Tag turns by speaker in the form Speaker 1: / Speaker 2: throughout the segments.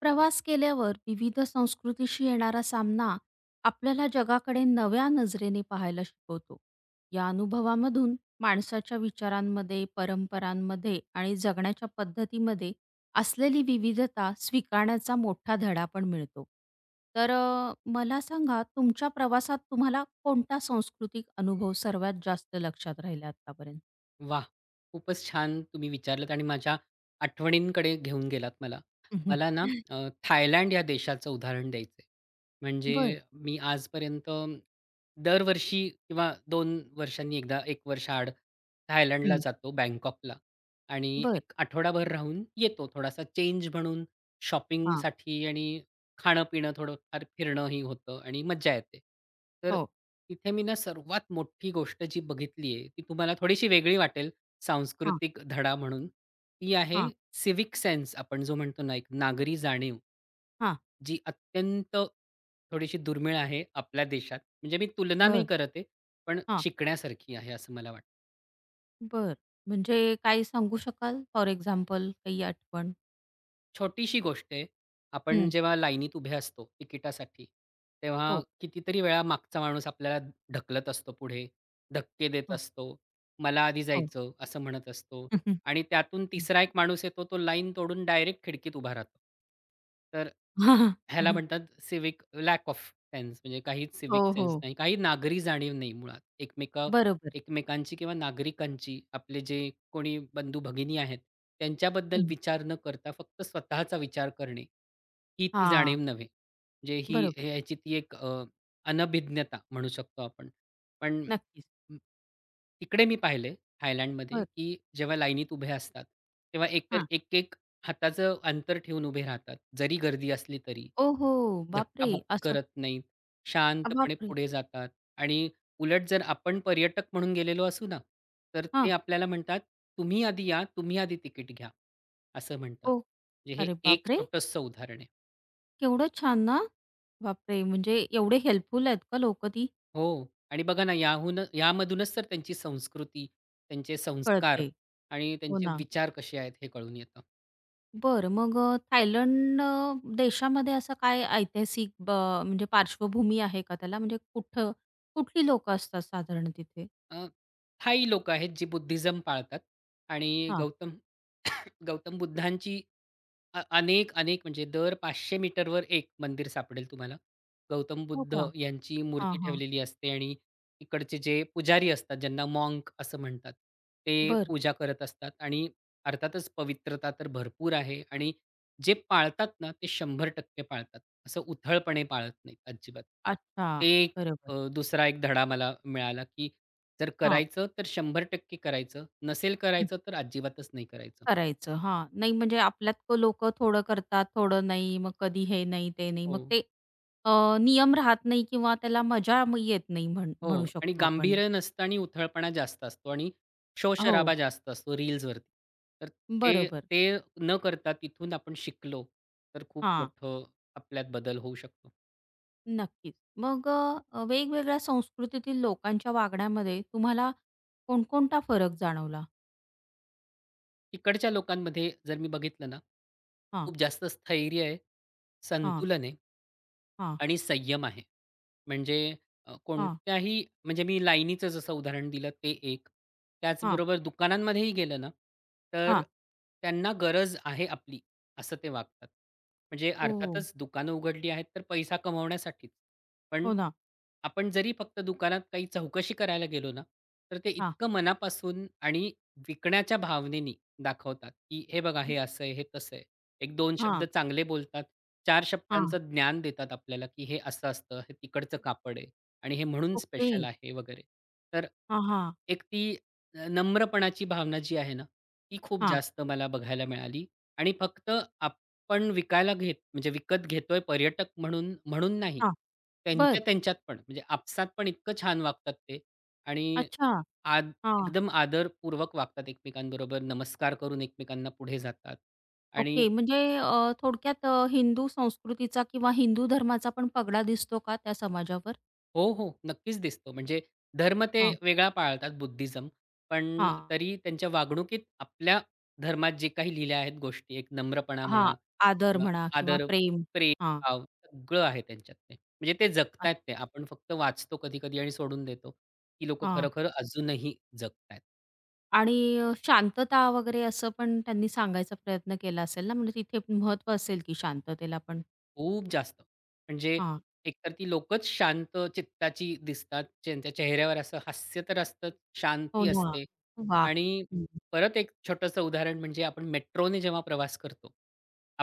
Speaker 1: प्रवास केल्यावर विविध संस्कृतीशी येणारा सामना आपल्याला जगाकडे नव्या नजरेने पाहायला शिकवतो. या अनुभवामधून माणसाच्या विचारांमध्ये, परंपरांमध्ये आणि जगण्याच्या पद्धतीमध्ये असलेली विविधता स्वीकारण्याचा मोठा धडा पण मिळतो. तर मला सांगा तुमच्या प्रवासात तुम्हाला कोणता सांस्कृतिक अनुभव सर्वात जास्त लक्षात राहिला आत्तापर्यंत?
Speaker 2: वाह! खूपच छान तुम्ही विचारलत आणि माझ्या आठवणींकडे घेऊन गेलात मला.
Speaker 1: हं.
Speaker 2: मला ना थायलंड या देशाचं उदाहरण द्यायचं आहे. म्हणजे मी आजपर्यंत दरवर्षी किंवा 2 वर्षांनी एकदा, 1 वर्ष आड थायलंडला
Speaker 1: हं.
Speaker 2: जातो, बँकॉकला आणि
Speaker 1: बरं.
Speaker 2: एक आठवडाभर राहून येतो. थोडासा चेंज म्हणून
Speaker 1: हां.
Speaker 2: शॉपिंगसाठी आणि खाणं-पिणं थोडंफार फिरणंही होतं आणि मज्जा येते. तर
Speaker 1: हो.
Speaker 2: तिथे मी ना सर्वात मोठी गोष्ट जी बघितली आहे, ती तुम्हाला थोडीशी वेगळी वाटेल,
Speaker 1: हां.
Speaker 2: सांस्कृतिक धडा म्हणून. ती आहे
Speaker 1: हां.
Speaker 2: सिव्हिक सेन्स आपण जो म्हणतो ना, एक नागरी जाणीव.
Speaker 1: हां.
Speaker 2: जी अत्यंत थोडीशी दुर्मिळ आहे आपल्या देशात. म्हणजे मी तुलना नाही
Speaker 1: बरं.
Speaker 2: करत आहे, पण
Speaker 1: हां.
Speaker 2: शिकण्यासारखी आहे असं मला
Speaker 1: बरं. म्हणजे काही सांगू शकाल? फॉर एक्झाम्पल काही आठवण?
Speaker 2: छोटीशी गोष्ट आहे. आपण
Speaker 1: हं.
Speaker 2: जेव्हा लाईनीत उभे असतो तिकिटासाठी, तेव्हा
Speaker 1: हो.
Speaker 2: कितीतरी वेळा मागचा माणूस आपल्याला ढकलत असतो पुढे, धक्के देत
Speaker 1: हां.
Speaker 2: असतो. "मला आधी
Speaker 1: हो.
Speaker 2: जायचं" असं म्हणत असतो
Speaker 1: हं.
Speaker 2: आणि त्यातून तिसरा एक माणूस येतो, तो लाईन तोडून डायरेक्ट खिडकीत उभा राहतो. तर ह्याला म्हणतात सिव्हिक लॅक ऑफ सेन्स म्हणजे काहीच सिव्हिक
Speaker 1: हो, हो.
Speaker 2: सेन्स नाही, काही नागरी जाणीव नाही मुळात.
Speaker 1: बरोबर.
Speaker 2: एकमेकांची किंवा नागरिकांची, आपले जे कोणी बंधू-भगिनी आहेत, त्यांच्याबद्दल
Speaker 1: हं.
Speaker 2: विचार न करता फक्त स्वतःचा विचार करणे, ही ती
Speaker 1: हां.
Speaker 2: जाणीव नव्हे. म्हणजे
Speaker 1: बरोबर.
Speaker 2: ह्याची ती एक अनभिज्ञता म्हणू शकतो आपण. पण
Speaker 1: नक्कीच.
Speaker 2: अ, तिकडे मी पाहिलंय थायलंडमध्ये,
Speaker 1: बरं.
Speaker 2: की जेव्हा लाईनीत उभे असतात, तेव्हा एकतर
Speaker 1: हां.
Speaker 2: एक-एक हाताचं अंतर ठेवून उभे राहतात, जरी गर्दी असली तरी.
Speaker 1: ओहो! बापरे!
Speaker 2: धक्काबुक्की
Speaker 1: असं
Speaker 2: करत नाहीत. शांतपणे
Speaker 1: बापरे!
Speaker 2: पुढे जातात आणि उलट जर आपण पर्यटक म्हणून गेलेलो असू ना, तर ते
Speaker 1: हां.
Speaker 2: आपल्याला म्हणतात, "तुम्ही आधी या, तुम्ही आधी तिकीट घ्या." असं म्हणतात.
Speaker 1: ओ
Speaker 2: म्हणजे हे
Speaker 1: अरे
Speaker 2: एक
Speaker 1: बापरे!
Speaker 2: छोटंसं उदाहरण आहे.
Speaker 1: केवढं छान ना. बापरे! म्हणजे एवढे हेल्पफुल आहेत का लोकं ती?
Speaker 2: हो आणि बघा ना याहून यामधूनच तर त्यांची संस्कृती, त्यांचे संस्कार
Speaker 1: कळते.
Speaker 2: आणि
Speaker 1: हो
Speaker 2: त्यांचे
Speaker 1: ना.
Speaker 2: विचार कसे आहेत हे कळून येतं.
Speaker 1: बरं. मग थायलंड देशामध्ये असं काय ऐतिहासिक म्हणजे पार्श्वभूमी आहे का त्याला? म्हणजे कुठं कुठली लोकं असतात साधारण तिथे?
Speaker 2: अ, थाई लोकं आहेत जी बुद्धिझम पाळतात आणि
Speaker 1: हां.
Speaker 2: गौतम गौतम बुद्धांची अनेक म्हणजे दर 500 मीटरवर एक मंदिर सापडेल तुम्हाला. गौतम
Speaker 1: हो
Speaker 2: बुद्ध
Speaker 1: का?
Speaker 2: यांची
Speaker 1: हां,
Speaker 2: मूर्ती
Speaker 1: हां.
Speaker 2: ठेवलेली असते आणि तिकडचे जे पुजारी असतात, ज्यांना मॉन्क असं म्हणतात, ते
Speaker 1: बरं.
Speaker 2: पूजा करत असतात आणि अर्थातच पवित्रता तर भरपूर आहे आणि जे पाळतात ना, ते 100% पाळतात. असं उथळपणे पाळत नाहीत अजिबात.
Speaker 1: अच्छा.
Speaker 2: ते
Speaker 1: बरोबर.
Speaker 2: दुसरा एक धडा मला मिळाला, की जर
Speaker 1: हां.
Speaker 2: करायचं तर 100% करायचं, नसेल
Speaker 1: हं.
Speaker 2: करायचं तर अजिबातच नाही करायचं.
Speaker 1: करायचं. हां. नाही म्हणजे आपल्यात लोकं थोडं करतात, थोडं नाही. मग कधी हे नाही, ते नाही.
Speaker 2: हो,
Speaker 1: मग ते अ, नियम राहत नाही किंवा त्याला मजा मग येत नाही म्हण
Speaker 2: हो.
Speaker 1: म्हणू
Speaker 2: आणि
Speaker 1: शकतो आपण.
Speaker 2: गांभीर्य नसतं आणि उथळपणा जास्त असतो आणि
Speaker 1: हो.
Speaker 2: शोरशराबा जास्त असतो रील्सवरती. तर ते
Speaker 1: बरोबर.
Speaker 2: ते न करता तिथून आपण शिकलो, तर खूप
Speaker 1: हां.
Speaker 2: मोठं आपल्यात बदल होऊ शकतो.
Speaker 1: नक्कीच. मग वेगवेगळ्या संस्कृतीतील लोकांच्या वागण्यामध्ये तुम्हाला कोणकोणता फरक जाणवला?
Speaker 2: तिकडच्या लोकांमध्ये जर मी बघितलं ना,
Speaker 1: हां,
Speaker 2: खूप जास्त स्थैर्य आहे,
Speaker 1: हां,
Speaker 2: संतुलन आहे
Speaker 1: हां,
Speaker 2: आणि संयम आहे. म्हणजे
Speaker 1: हां,
Speaker 2: कोणत्याही म्हणजे मी लाईनीचं जसं उदाहरण दिलं ते एक.
Speaker 1: हां,
Speaker 2: त्याचबरोबर दुकानांमध्येही गेलं ना, तर
Speaker 1: हां.
Speaker 2: त्यांना गरज आहे आपली, असं ते वागतात. म्हणजे
Speaker 1: हो,
Speaker 2: अर्थातच दुकानं उघडली आहेत तर पैसा कमवण्यासाठीच. पण
Speaker 1: हो ना.
Speaker 2: आपण जरी फक्त दुकानात काही चौकशी करायला गेलो ना, तर ते
Speaker 1: हां,
Speaker 2: इतकं मनापासून आणि विकण्याच्या भावनेनी दाखवतात, की "हे बघा, हे असं आहे, हे तसं आहे." एक दोन शब्द
Speaker 1: हां,
Speaker 2: चांगले बोलतात. चार
Speaker 1: हां.
Speaker 2: शब्दांचं ज्ञान देतात आपल्याला, की हे असं असतं, हे तिकडचं कापड आहे आणि हे म्हणून
Speaker 1: ओके.
Speaker 2: स्पेशल आहे वगैरे. तर
Speaker 1: हां, हां,
Speaker 2: एक ती नम्रपणाची भावना जी आहे ना, ती खूप
Speaker 1: हां,
Speaker 2: जास्त मला बघायला मिळाली आणि फक्त आपण विकायला घेत म्हणजे विकत घेतोय पर्यटक म्हणून म्हणून नाही.
Speaker 1: हां. बरं.
Speaker 2: त्यांच्यात पण म्हणजे आपसात पण इतकं छान वागतात ते आणि
Speaker 1: अच्छा.
Speaker 2: आद
Speaker 1: हां.
Speaker 2: एकदम आदरपूर्वक वागतात एकमेकांबरोबर. नमस्कार करून एकमेकांना पुढे जातात आणि
Speaker 1: ओके. म्हणजे थोडक्यात हिंदू संस्कृतीचा किंवा हिंदू धर्माचा पण पगडा दिसतो का त्या समाजावर?
Speaker 2: हो, हो. नक्कीच दिसतो. म्हणजे धर्म ते
Speaker 1: हां,
Speaker 2: वेगळा पाळतात बुद्धिझम. पण
Speaker 1: हां,
Speaker 2: तरी त्यांच्या वागणुकीत आपल्या धर्मात जे काही लिहिल्या आहेत गोष्टी, एक नम्रपणा म्हणा
Speaker 1: हां. आदर
Speaker 2: किंवा
Speaker 1: म्हणा किंवा
Speaker 2: आदर,
Speaker 1: प्रेम.
Speaker 2: प्रेम,
Speaker 1: हां,
Speaker 2: भाव सगळं आहे त्यांच्यात ते. म्हणजे ते जगतायत ते. आपण फक्त वाचतो कधी-कधी आणि सोडून देतो. ती लोकं
Speaker 1: हां.
Speaker 2: खरोखर अजूनही जगतायत.
Speaker 1: आणि शांतता वगैरे असं पण त्यांनी सांगायचा प्रयत्न केला असेल ना, म्हणजे तिथे महत्त्व असेल की शांततेला पण?
Speaker 2: खूप जास्त. म्हणजे
Speaker 1: हां.
Speaker 2: एकतर ती लोकच शांत चित्ताची दिसतात. ज्यांच्या चेहऱ्यावर असं हास्य तर असतंच,
Speaker 1: हो
Speaker 2: शांती
Speaker 1: ना.
Speaker 2: असते
Speaker 1: वाह!
Speaker 2: आणि
Speaker 1: हं.
Speaker 2: परत एक छोटंसं उदाहरण म्हणजे आपण मेट्रोने जेव्हा प्रवास करतो,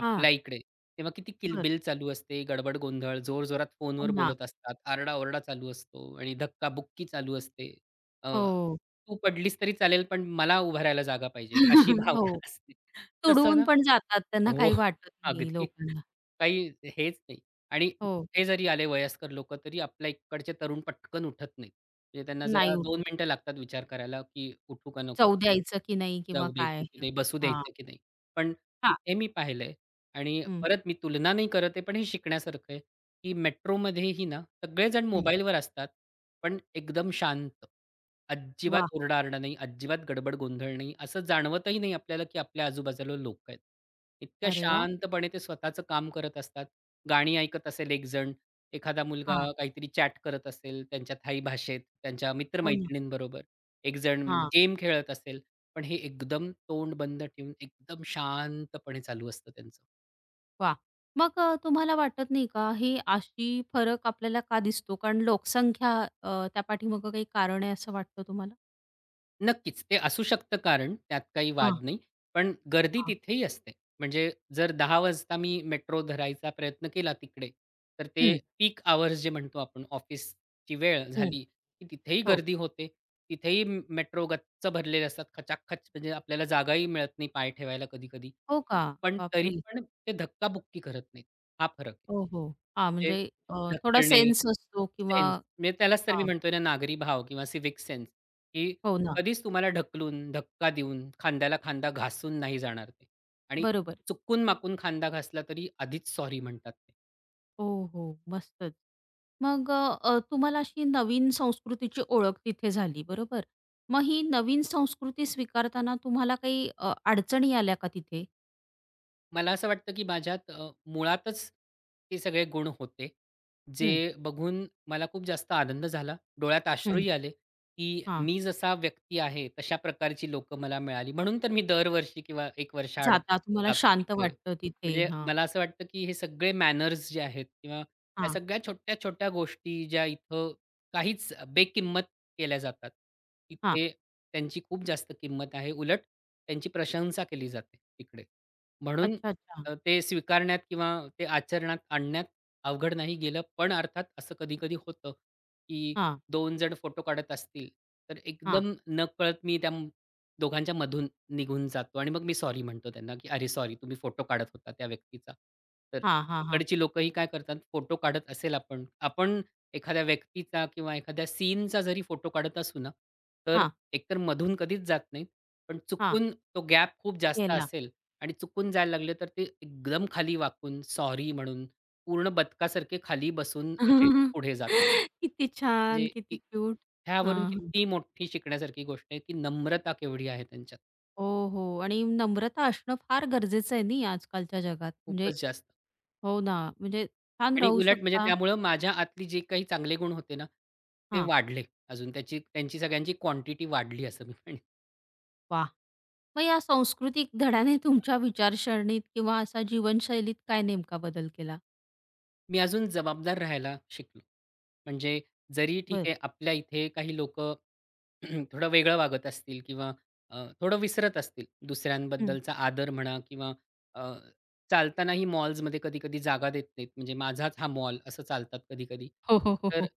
Speaker 1: हां.
Speaker 2: इकडे, तेव्हा किती
Speaker 1: बरं.
Speaker 2: किलबिल चालू असते, गडबड गोंधळ, जोरजोरात
Speaker 1: हो
Speaker 2: फोनवर
Speaker 1: ना.
Speaker 2: बोलत असतात, आरडा चालू असतो आणि धक्काबुक्की चालू असते. अ,
Speaker 1: हो.
Speaker 2: तू पडलीस तरी चालेल, पण मला उभा जागा पाहिजे, अशी भावना
Speaker 1: हो.
Speaker 2: असते. तसं
Speaker 1: तुडवून
Speaker 2: ना
Speaker 1: पण जातात. त्यांना
Speaker 2: हो,
Speaker 1: काही वाटत नाही
Speaker 2: अगदी.
Speaker 1: लोकांना.
Speaker 2: काही हेच नाही आणि
Speaker 1: हो.
Speaker 2: मोठे जरी आले वयस्कर लोकं, तरी आपल्या इकडचे तरुण पटकन उठत नाहीत. म्हणजे त्यांना
Speaker 1: नाही
Speaker 2: जरा दोन
Speaker 1: उठत.
Speaker 2: मिनिटं लागतात विचार करायला, की उठू का नको?
Speaker 1: जाऊ द्यायचं की नाही किंवा
Speaker 2: जाऊ
Speaker 1: काय?
Speaker 2: द्यायचं की नाही, बसू
Speaker 1: हां.
Speaker 2: द्यायचं की नाही. पण
Speaker 1: हां.
Speaker 2: तिथे मी पाहिलंय आणि
Speaker 1: हं,
Speaker 2: परत मी तुलना नाही करत आहे, पण हे शिकण्यासारखं आहे, की मेट्रोमध्येही ना सगळेजण
Speaker 1: हं.
Speaker 2: मोबाईलवर असतात, पण एकदम शांत. अजिबात
Speaker 1: वाह!
Speaker 2: ओरडा-आरडा नाही, अजिबात गडबड गोंधळ नाही. असं जाणवतही नाही आपल्याला, की आपल्या आजूबाजूला लोकं आहेत. इतक्या
Speaker 1: अरे वाह!
Speaker 2: शांतपणे ते स्वतःचं काम करत असतात. गाणी ऐकत असेल एकजण, एखादा मुलगा
Speaker 1: हां.
Speaker 2: काहीतरी चॅट करत असेल त्यांच्या थाई भाषेत, त्यांच्या
Speaker 1: हो ना.
Speaker 2: मित्र-मैत्रिणींबरोबर. एकजण गेम खेळत असेल. पण हे एकदम तोंड बंद ठेवून एकदम शांतपणे चालू असतं त्यांचं.
Speaker 1: वाह! मग तुम्हाला वाटत नाही का, ही अशी फरक आपल्याला का दिसतो? कारण लोकसंख्या त्या पाठीमागं काही कारण आहे असं वाटतं तुम्हाला?
Speaker 2: नक्कीच. ते असू शकतं कारण, त्यात काही
Speaker 1: हां,
Speaker 2: वाद नाही. पण गर्दी
Speaker 1: हां.
Speaker 2: तिथेही असते. म्हणजे जर 10:00 वाजता मी मेट्रो धरायचा प्रयत्न केला तिकडे, तर ते
Speaker 1: हं.
Speaker 2: पीक अवर्स जे म्हणतो आपण ऑफिसची वेळ
Speaker 1: हं.
Speaker 2: झाली, की तिथेही
Speaker 1: हो.
Speaker 2: गर्दी होते. तिथेही मेट्रो गच्च भरलेले असतात खचाखच म्हणजे आपल्याला जागाही मिळत नाही पाय ठेवायला कधी-कधी.
Speaker 1: हो का?
Speaker 2: पण तरी
Speaker 1: बापरे!
Speaker 2: पण ते धक्काबुक्की करत नाहीत. हा फरक आहे.
Speaker 1: हो, हो. हां,
Speaker 2: म्हणजे
Speaker 1: म्हणजे थोडा
Speaker 2: ढकलणे,
Speaker 1: सेन्स असतो किंवा
Speaker 2: सेन्स म्हणजे त्यालाच तर मी
Speaker 1: हां.
Speaker 2: म्हणतोय ना नागरी भाव किंवा सिव्हिक सेन्स, की
Speaker 1: हो ना.
Speaker 2: कधीच तुम्हाला ढकलून, धक्का देऊन, खांद्याला खांदा घासून नाही जाणार ते. आणि
Speaker 1: बरोबर.
Speaker 2: चुकून-माकून खांदा घासला तरी आधीच सॉरी म्हणतात ते.
Speaker 1: हो, हो. मस्तच. मग तुम्हाला अशी नवीन संस्कृतीची ओळख तिथे झाली, बरोबर? मग ही नवीन संस्कृती स्वीकारताना तुम्हाला काही अडचणी आल्या का तिथे?
Speaker 2: मला असं वाटतं, की माझ्यात मुळातच ते सगळे गुण होते. जे
Speaker 1: हं,
Speaker 2: बघून मला खूप जास्त आनंद झाला. डोळ्यात
Speaker 1: हं.
Speaker 2: अश्रूही आले, की मी जसा व्यक्ती आहे, तशा प्रकारची लोकं मला मिळाली. म्हणून तर मी दरवर्षी किंवा 1 वर्षाआड
Speaker 1: जाता तुम्हाला
Speaker 2: जातो
Speaker 1: शांत
Speaker 2: तिकडे.
Speaker 1: वाटतं तिथे.
Speaker 2: म्हणजे
Speaker 1: हां,
Speaker 2: मला असं वाटतं, की हे सगळे मॅनर्स जे आहेत किंवा या
Speaker 1: हां,
Speaker 2: सगळ्या छोट्या-छोट्या गोष्टी ज्या इथं काहीच बेकिंमत केल्या जातात,
Speaker 1: हां.
Speaker 2: तिथे त्यांची खूप जास्त किंमत आहे. उलट त्यांची प्रशंसा केली जाते तिकडे. म्हणून
Speaker 1: अच्छा, अच्छा.
Speaker 2: ते स्वीकारण्यात किंवा ते आचरणात आणण्यात अवघड नाही गेलं. पण अर्थात असं कधी-कधी होतं, की
Speaker 1: हां,
Speaker 2: 2 जण फोटो काढत असतील, तर
Speaker 1: हां,
Speaker 2: एकदम नकळत मी दोघांच्या मधून निघून जातो आणि मग मी सॉरी म्हणतो त्यांना, की "अरे सॉरी, तुम्ही फोटो काढत होता त्या व्यक्तीचा." तर
Speaker 1: हां, हां, हां,
Speaker 2: तिकडची लोकंही काय करतात, फोटो काढत असेल आपण आपण एखाद्या व्यक्तीचा किंवा एखाद्या सीनचा जरी फोटो काढत असू ना, तर
Speaker 1: हां,
Speaker 2: एकतर मधून कधीच जात नाहीत. पण
Speaker 1: हां.
Speaker 2: चुकून तो गॅप खूप जास्त
Speaker 1: गेला.
Speaker 2: असेल आणि चुकून जायला लागले, तर ते एकदम खाली वाकून सॉरी म्हणून पूर्ण बदकासारखे खाली बसून असे पुढे जातात.
Speaker 1: किती
Speaker 2: म्हणजे
Speaker 1: छान, किती
Speaker 2: की
Speaker 1: क्यूट.
Speaker 2: ह्यावरून
Speaker 1: हां, हां.
Speaker 2: किती मोठी शिकण्यासारखी गोष्ट आहे, की नम्रता केवढी आहे त्यांच्यात.
Speaker 1: हो, हो. आणि नम्रता असणं फार गरजेचं आहे नाही आजकालच्या जगात. म्हणजे
Speaker 2: खूपच जास्त
Speaker 1: हो ना, म्हणजे छान
Speaker 2: आणि
Speaker 1: राहू
Speaker 2: उलट म्हणजे
Speaker 1: शकता.
Speaker 2: त्यामुळं माझ्या आतली जे काही चांगले गुण होते ना, ते
Speaker 1: हां,
Speaker 2: वाढले अजून त्यांची सगळ्यांची क्वांटिटी वाढली असं मी म्हणेन.
Speaker 1: वाह! मग या सांस्कृतिक धड्याने तुमच्या विचारसरणीत किंवा असा जीवनशैलीत काय नेमका बदल केला?
Speaker 2: मी अजून जबाबदार राहायला शिकलो. म्हणजे जरी ठीक
Speaker 1: बरं.
Speaker 2: आहे आपल्या इथे काही लोकं थोडं वेगळं वागत असतील किंवा थोडं विसरत असतील
Speaker 1: हं.
Speaker 2: दुसऱ्यांबद्दलचा आदर म्हणा किंवा अ, चालतानाही मॉल्समध्ये कधी-कधी जागा देत नाहीत. म्हणजे माझाच हा मॉल असं चालतात कधी-कधी.
Speaker 1: हो, हो, हो,
Speaker 2: तर
Speaker 1: हो.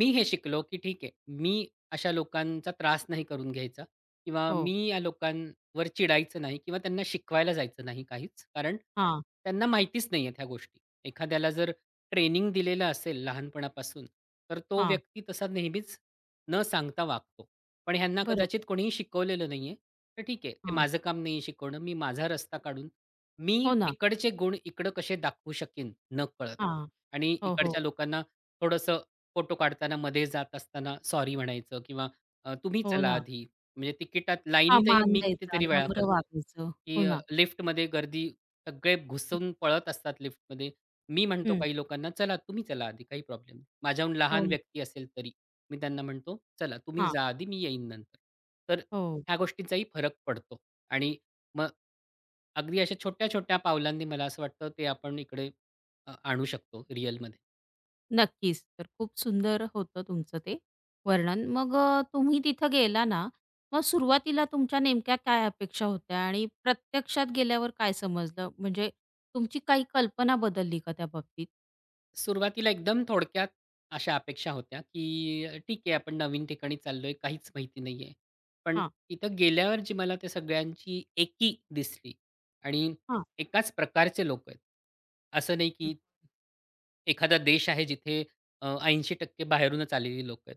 Speaker 2: मी हे शिकलो, की ठीक आहे मी अशा लोकांचा त्रास नाही करून घ्यायचा किंवा मी
Speaker 1: हो.
Speaker 2: या लोकांवर चिडायचं नाही किंवा त्यांना शिकवायला जायचं नाही काहीच. कारण
Speaker 1: हां,
Speaker 2: त्यांना माहितीच नाहीयेत ह्या गोष्टी. एखाद्याला जर ट्रेनिंग दिलेलं असेल लहानपणापासून, तर तो
Speaker 1: हां.
Speaker 2: व्यक्ती तसा नेहमीच न सांगता वागतो. पण ह्यांना कदाचित
Speaker 1: बरोबर.
Speaker 2: कोणीही शिकवलेलं नाहीये, तर ठीक आहे. ते माझं काम नाही शिकवणं. मी माझा रस्ता काढून मी
Speaker 1: हो ना.
Speaker 2: तिकडचे गुण इकडं कसे दाखवू शकेन नकळत
Speaker 1: हां.
Speaker 2: आणि
Speaker 1: हो, हो.
Speaker 2: इकडच्या लोकांना थोडंसं फोटो काढताना मध्ये जात असताना सॉरी म्हणायचं किंवा तुम्ही
Speaker 1: हो
Speaker 2: चला
Speaker 1: ना.
Speaker 2: आधी. म्हणजे तिकिटात
Speaker 1: हां,
Speaker 2: लाईनीतही
Speaker 1: मान
Speaker 2: मी
Speaker 1: द्यायचा,
Speaker 2: कितीतरी वेळा
Speaker 1: नम्र
Speaker 2: करतो,
Speaker 1: वागायचं.
Speaker 2: की
Speaker 1: हो ना.
Speaker 2: लिफ्टमध्ये गर्दी सगळे घुसून पळत असतात लिफ्टमध्ये मी म्हणतो
Speaker 1: हं.
Speaker 2: काही लोकांना, "चला तुम्ही चला आधी, काही प्रॉब्लेम नाही." माझ्याहून लहान
Speaker 1: हो.
Speaker 2: व्यक्ती असेल तरी. मी त्यांना म्हणतो, "चला तुम्ही
Speaker 1: हां.
Speaker 2: जा आधी, मी येईन नंतर." तर
Speaker 1: हो.
Speaker 2: ह्या गोष्टींचाही फरक पडतो आणि मग अगदी अशा छोट्या-छोट्या पावलांनी मला असं वाटतं ते आपण इकडे आणू शकतो रिअलमध्ये.
Speaker 1: नक्कीच. तर खूप सुंदर होतं तुमचं ते वर्णन. मग तुम्ही तिथं गेला ना, मग सुरुवातीला तुमच्या नेमक्या काय अपेक्षा होत्या आणि प्रत्यक्षात गेल्यावर काय समजलं? म्हणजे तुमची काही कल्पना बदलली का त्या बाबतीत?
Speaker 2: सुरुवातीला एकदम थोडक्यात अशा अपेक्षा होत्या, की ठीक आहे आपण नवीन ठिकाणी चाललोय, काहीच माहिती नाहीये. पण
Speaker 1: हां,
Speaker 2: तिथं गेल्यावर जी मला त्या सगळ्यांची एकी दिसली आणि
Speaker 1: हां.
Speaker 2: एकाच प्रकारचे लोक आहेत. असं नाही, की एखादा देश आहे जिथे 80% बाहेरूनच आलेली लोक आहेत.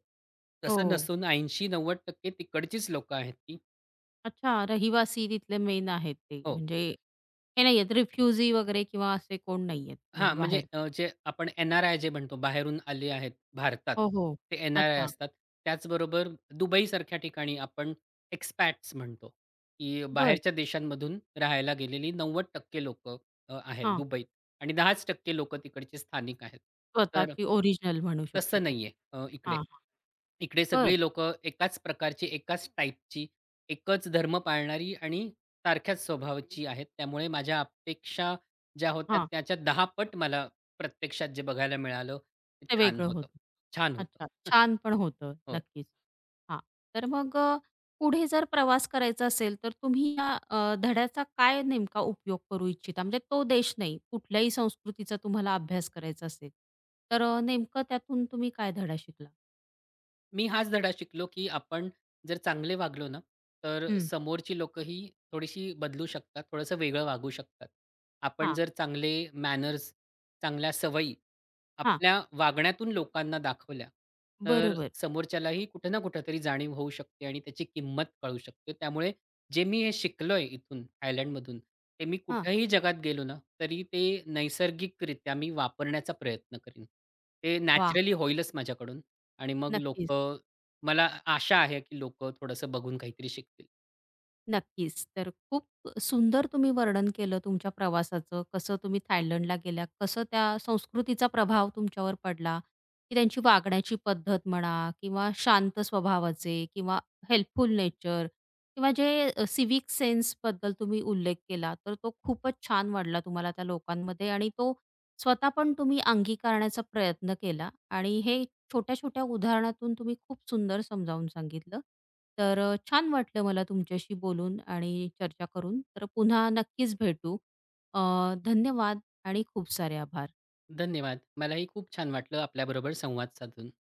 Speaker 2: तसं
Speaker 1: हो.
Speaker 2: नसून 80-90% तिकडचीच लोकं आहेत ती.
Speaker 1: अच्छा, रहिवासी तिथले मेन आहेत ते.
Speaker 2: हो.
Speaker 1: म्हणजे हे नाही आहेत रिफ्युजी वगैरे किंवा असे कोण नाही आहेत म्हणजे
Speaker 2: हां, म्हणजे
Speaker 1: बाहेरचे?
Speaker 2: जे आपण एन-आर-आय जे म्हणतो, बाहेरून आले आहेत भारतात,
Speaker 1: हो, हो.
Speaker 2: ते एन-आर-आय
Speaker 1: अच्छा.
Speaker 2: असतात. त्याचबरोबर दुबईसारख्या ठिकाणी आपण एक्सपॅट्स म्हणतो, की
Speaker 1: बर,
Speaker 2: बाहेरच्या देशांमधून राहायला गेलेली 90% टक्के लोक आहेत
Speaker 1: हां.
Speaker 2: दुबईत आणि 10% लोकं तिकडचे स्थानिक आहेत. तर
Speaker 1: स्वतःची ओरिजिनल म्हणू शकतो
Speaker 2: तसं
Speaker 1: त्याला.
Speaker 2: नाहीये इकडे.
Speaker 1: हां, हां.
Speaker 2: इकडे
Speaker 1: बरं.
Speaker 2: सगळी लोकं एकाच प्रकारची, एकाच टाइपची, एकच धर्म पाळणारी आणि सारख्याच स्वभावाची आहेत. त्यामुळे माझ्या अपेक्षा ज्या होत्या
Speaker 1: हां.
Speaker 2: त्याच्या 10 पट मला प्रत्यक्षात जे बघायला मिळालं, ते
Speaker 1: ते वेगळं होतं.
Speaker 2: छान होतं.
Speaker 1: अच्छा. छान पण होतं.
Speaker 2: हो.
Speaker 1: नक्कीच. हां. तर मग पुढे जर प्रवास करायचा असेल, तर तुम्ही या धड्याचा काय नेमका उपयोग करू इच्छिता? म्हणजे तो देश नाही, कुठल्याही संस्कृतीचा तुम्हाला अभ्यास करायचा असेल, तर नेमकं त्यातून तुम्ही काय धडा शिकला?
Speaker 2: मी हाच धडा शिकलो, की आपण जर चांगले वागलो ना, तर
Speaker 1: हं.
Speaker 2: समोरची लोकंही थोडीशी बदलू शकतात, थोडंसं वेगळं वागू शकतात. आपण
Speaker 1: हां,
Speaker 2: जर चांगले मॅनर्स, चांगल्या सवयी
Speaker 1: हां.
Speaker 2: आपल्या वागण्यातून लोकांना दाखवल्या, तर
Speaker 1: बरोबर.
Speaker 2: समोरच्यालाही कुठे ना कुठं तरी जाणीव होऊ शकते आणि त्याची किंमत कळू शकते. त्यामुळे जे मी हे शिकलोय इथून थायलंडमधून, ते मी
Speaker 1: हां.
Speaker 2: कुठेही जगात गेलो ना, तरी ते नैसर्गिकरित्या मी वापरण्याचा प्रयत्न करीन. ते
Speaker 1: वाह!
Speaker 2: नॅचरली होईलच माझ्याकडून आणि मग
Speaker 1: नक्कीच.
Speaker 2: लोकं मला आशा आहे, की लोकं थोडंसं बघून काहीतरी शिकतील.
Speaker 1: नक्कीच. तर खूप सुंदर तुम्ही वर्णन केलं तुमच्या प्रवासाचं. कसं तुम्ही थायलंडला गेल्या, कसं त्या संस्कृतीचा प्रभाव तुमच्यावर पडला, की त्यांची वागण्याची पद्धत म्हणा किंवा शांत स्वभावाचे किंवा हेल्पफुल नेचर किंवा जे सिव्हिक सेन्सबद्दल तुम्ही उल्लेख केला, तर तो खूपच छान वाटला तुम्हाला त्या लोकांमध्ये आणि तो स्वतः पण तुम्ही अंगीकारण्याचा प्रयत्न केला आणि हे छोट्या-छोट्या उदाहरणातून तुम्ही खूप सुंदर समजावून सांगितलं. तर छान वाटलं मला तुमच्याशी बोलून आणि चर्चा करून. तर पुन्हा नक्कीच भेटू. अ, धन्यवाद आणि खूप सारे आभार.
Speaker 2: धन्यवाद. मलाही खूप छान वाटलं आपल्याबरोबर संवाद साधून.